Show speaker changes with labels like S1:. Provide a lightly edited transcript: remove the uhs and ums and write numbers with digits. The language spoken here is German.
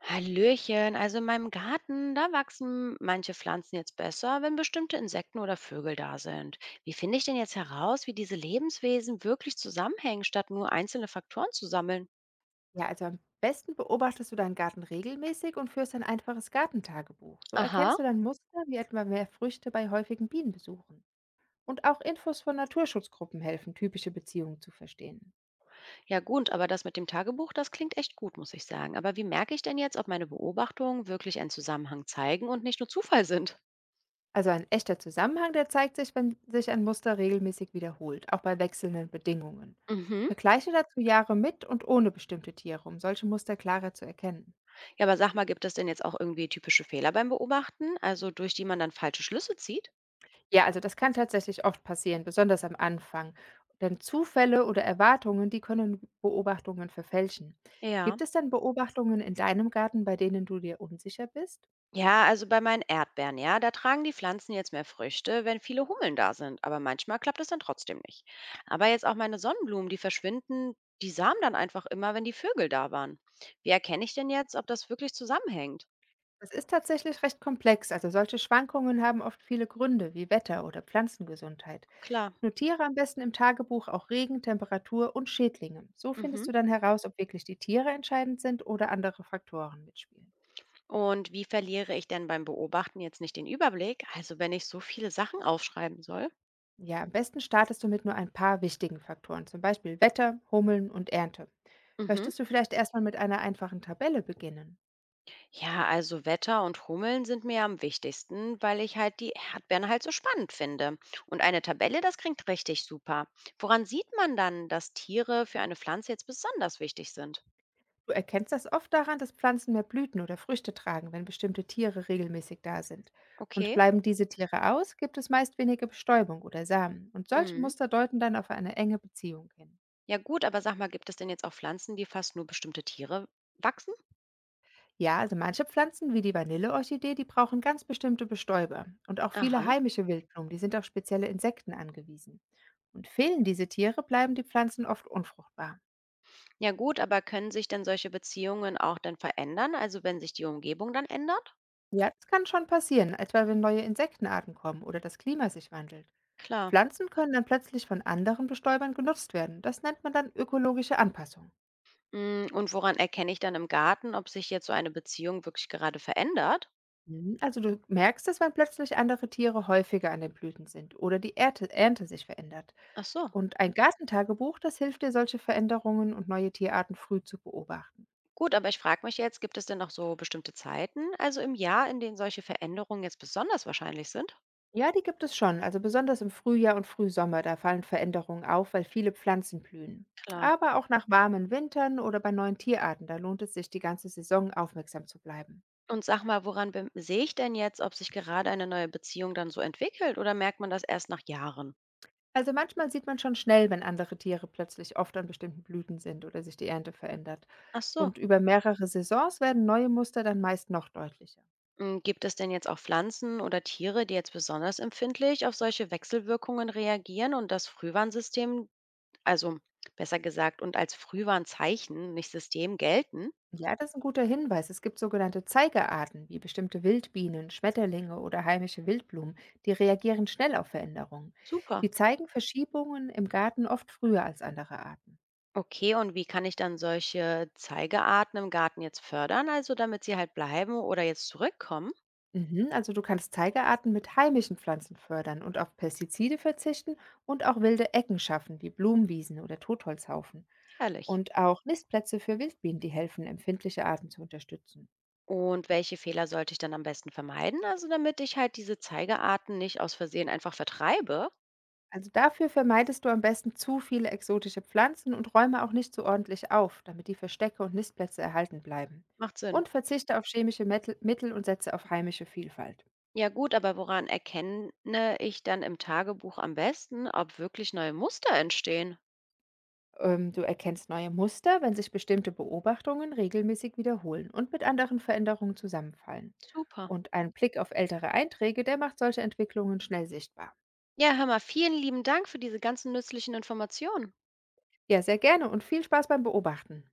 S1: Hallöchen, also in meinem Garten, da wachsen manche Pflanzen jetzt besser, wenn bestimmte Insekten oder Vögel da sind. Wie finde ich denn jetzt heraus, wie diese Lebenswesen wirklich zusammenhängen, statt nur einzelne Faktoren zu sammeln?
S2: Ja, also am besten beobachtest du deinen Garten regelmäßig und führst ein einfaches Gartentagebuch. So
S1: Aha,
S2: erkennst du dann Muster, wie etwa mehr Früchte bei häufigen Bienenbesuchen. Und auch Infos von Naturschutzgruppen helfen, typische Beziehungen zu verstehen.
S1: ja gut, aber das mit dem Tagebuch, das klingt echt gut, muss ich sagen. Aber wie merke ich denn jetzt, ob meine Beobachtungen wirklich einen Zusammenhang zeigen und nicht nur Zufall sind?
S2: Also ein echter Zusammenhang, der zeigt sich, wenn sich ein Muster regelmäßig wiederholt, auch bei wechselnden Bedingungen.
S1: Mhm.
S2: Vergleiche dazu Jahre mit und ohne bestimmte Tiere, um solche Muster klarer zu erkennen.
S1: Ja, aber sag mal, gibt es denn jetzt auch irgendwie typische Fehler beim Beobachten, also durch die man dann falsche Schlüsse zieht?
S2: Ja, also das kann tatsächlich oft passieren, besonders am Anfang. Denn Zufälle oder Erwartungen, die können Beobachtungen verfälschen.
S1: Ja.
S2: Gibt es denn Beobachtungen in deinem Garten, bei denen du dir unsicher bist?
S1: Ja, also bei meinen Erdbeeren, ja, da tragen die Pflanzen jetzt mehr Früchte, wenn viele Hummeln da sind. Aber manchmal klappt es dann trotzdem nicht. Aber jetzt auch meine Sonnenblumen, die verschwinden, die samen dann einfach immer, wenn die Vögel da waren. Wie erkenne ich denn jetzt, ob das wirklich zusammenhängt?
S2: Das ist tatsächlich recht komplex. Also solche Schwankungen haben oft viele Gründe, wie Wetter oder Pflanzengesundheit.
S1: Klar.
S2: Notiere am besten im Tagebuch auch Regen, Temperatur und Schädlinge. So findest
S1: Mhm.
S2: du dann heraus, ob wirklich die Tiere entscheidend sind oder andere Faktoren mitspielen.
S1: Und wie verliere ich denn beim Beobachten jetzt nicht den Überblick? Also wenn ich so viele Sachen aufschreiben soll?
S2: Ja, am besten startest du mit nur ein paar wichtigen Faktoren, zum Beispiel Wetter, Hummeln und Ernte.
S1: Mhm.
S2: Möchtest du vielleicht erstmal mit einer einfachen Tabelle beginnen?
S1: Ja, also Wetter und Hummeln sind mir am wichtigsten, weil ich halt die Erdbeeren halt so spannend finde. Und eine Tabelle, das klingt richtig super. Woran sieht man dann, dass Tiere für eine Pflanze jetzt besonders wichtig sind?
S2: Du erkennst das oft daran, dass Pflanzen mehr Blüten oder Früchte tragen, wenn bestimmte Tiere regelmäßig da sind. Und
S1: Okay.
S2: bleiben diese Tiere aus, gibt es meist weniger Bestäubung oder Samen. Und solche
S1: Mhm.
S2: Muster deuten dann auf eine enge Beziehung hin.
S1: Ja gut, aber sag mal, gibt es denn jetzt auch Pflanzen, die fast nur bestimmte Tiere wachsen?
S2: Ja, also manche Pflanzen wie die Vanilleorchidee, die brauchen ganz bestimmte Bestäuber. Und auch viele
S1: Aha.
S2: heimische Wildblumen, die sind auf spezielle Insekten angewiesen. Und fehlen diese Tiere, bleiben die Pflanzen oft unfruchtbar.
S1: Ja gut, aber können sich denn solche Beziehungen auch dann verändern, also wenn sich die Umgebung dann ändert?
S2: Ja, das kann schon passieren, etwa wenn neue Insektenarten kommen oder das Klima sich wandelt.
S1: Klar.
S2: Pflanzen können dann plötzlich von anderen Bestäubern genutzt werden. Das nennt man dann ökologische Anpassung.
S1: Mm, und woran erkenne ich dann im Garten, ob sich jetzt so eine Beziehung wirklich gerade verändert?
S2: Mhm. Also du merkst es, wenn plötzlich andere Tiere häufiger an den Blüten sind oder die Ernte sich verändert.
S1: Ach so.
S2: Und ein Gartentagebuch, das hilft dir, solche Veränderungen und neue Tierarten früh zu beobachten.
S1: Gut, aber ich frage mich jetzt, gibt es denn noch so bestimmte Zeiten, also im Jahr, in denen solche Veränderungen jetzt besonders wahrscheinlich sind?
S2: Ja, die gibt es schon. Also besonders im Frühjahr und Frühsommer, da fallen Veränderungen auf, weil viele Pflanzen blühen.
S1: Klar.
S2: Aber auch nach warmen Wintern oder bei neuen Tierarten, da lohnt es sich, die ganze Saison aufmerksam zu bleiben.
S1: Und sag mal, woran sehe ich denn jetzt, ob sich gerade eine neue Beziehung dann so entwickelt oder merkt man das erst nach Jahren?
S2: Also manchmal sieht man schon schnell, wenn andere Tiere plötzlich oft an bestimmten Blüten sind oder sich die Ernte verändert.
S1: Ach so.
S2: Und über mehrere Saisons werden neue Muster dann meist noch deutlicher.
S1: Mm, gibt es denn jetzt auch Pflanzen oder Tiere, die jetzt besonders empfindlich auf solche Wechselwirkungen reagieren und das Frühwarnsystem, also besser gesagt, und als Frühwarnzeichen, nicht System, gelten?
S2: Ja, das ist ein guter Hinweis. Es gibt sogenannte Zeigerarten, wie bestimmte Wildbienen, Schmetterlinge oder heimische Wildblumen, die reagieren schnell auf Veränderungen.
S1: Super.
S2: Die zeigen Verschiebungen im Garten oft früher als andere Arten.
S1: Okay, und wie kann ich dann solche Zeigerarten im Garten jetzt fördern, also damit sie halt bleiben oder jetzt zurückkommen?
S2: Mhm. Also du kannst Zeigerarten mit heimischen Pflanzen fördern und auf Pestizide verzichten und auch wilde Ecken schaffen, wie Blumenwiesen oder Totholzhaufen.
S1: Herrlich.
S2: Und auch Nistplätze für Wildbienen, die helfen, empfindliche Arten zu unterstützen.
S1: Und welche Fehler sollte ich dann am besten vermeiden, also damit ich halt diese Zeigerarten nicht aus Versehen einfach vertreibe?
S2: Also dafür vermeidest du am besten zu viele exotische Pflanzen und räume auch nicht so ordentlich auf, damit die Verstecke und Nistplätze erhalten bleiben.
S1: Macht Sinn.
S2: Und verzichte auf chemische Mittel und setze auf heimische Vielfalt.
S1: Ja gut, aber woran erkenne ich dann im Tagebuch am besten, ob wirklich neue Muster entstehen?
S2: Du erkennst neue Muster, wenn sich bestimmte Beobachtungen regelmäßig wiederholen und mit anderen Veränderungen zusammenfallen.
S1: Super.
S2: Und ein Blick auf ältere Einträge, der macht solche Entwicklungen schnell sichtbar.
S1: Ja, hör mal, vielen lieben Dank für diese ganzen nützlichen Informationen.
S2: Ja, sehr gerne und viel Spaß beim Beobachten.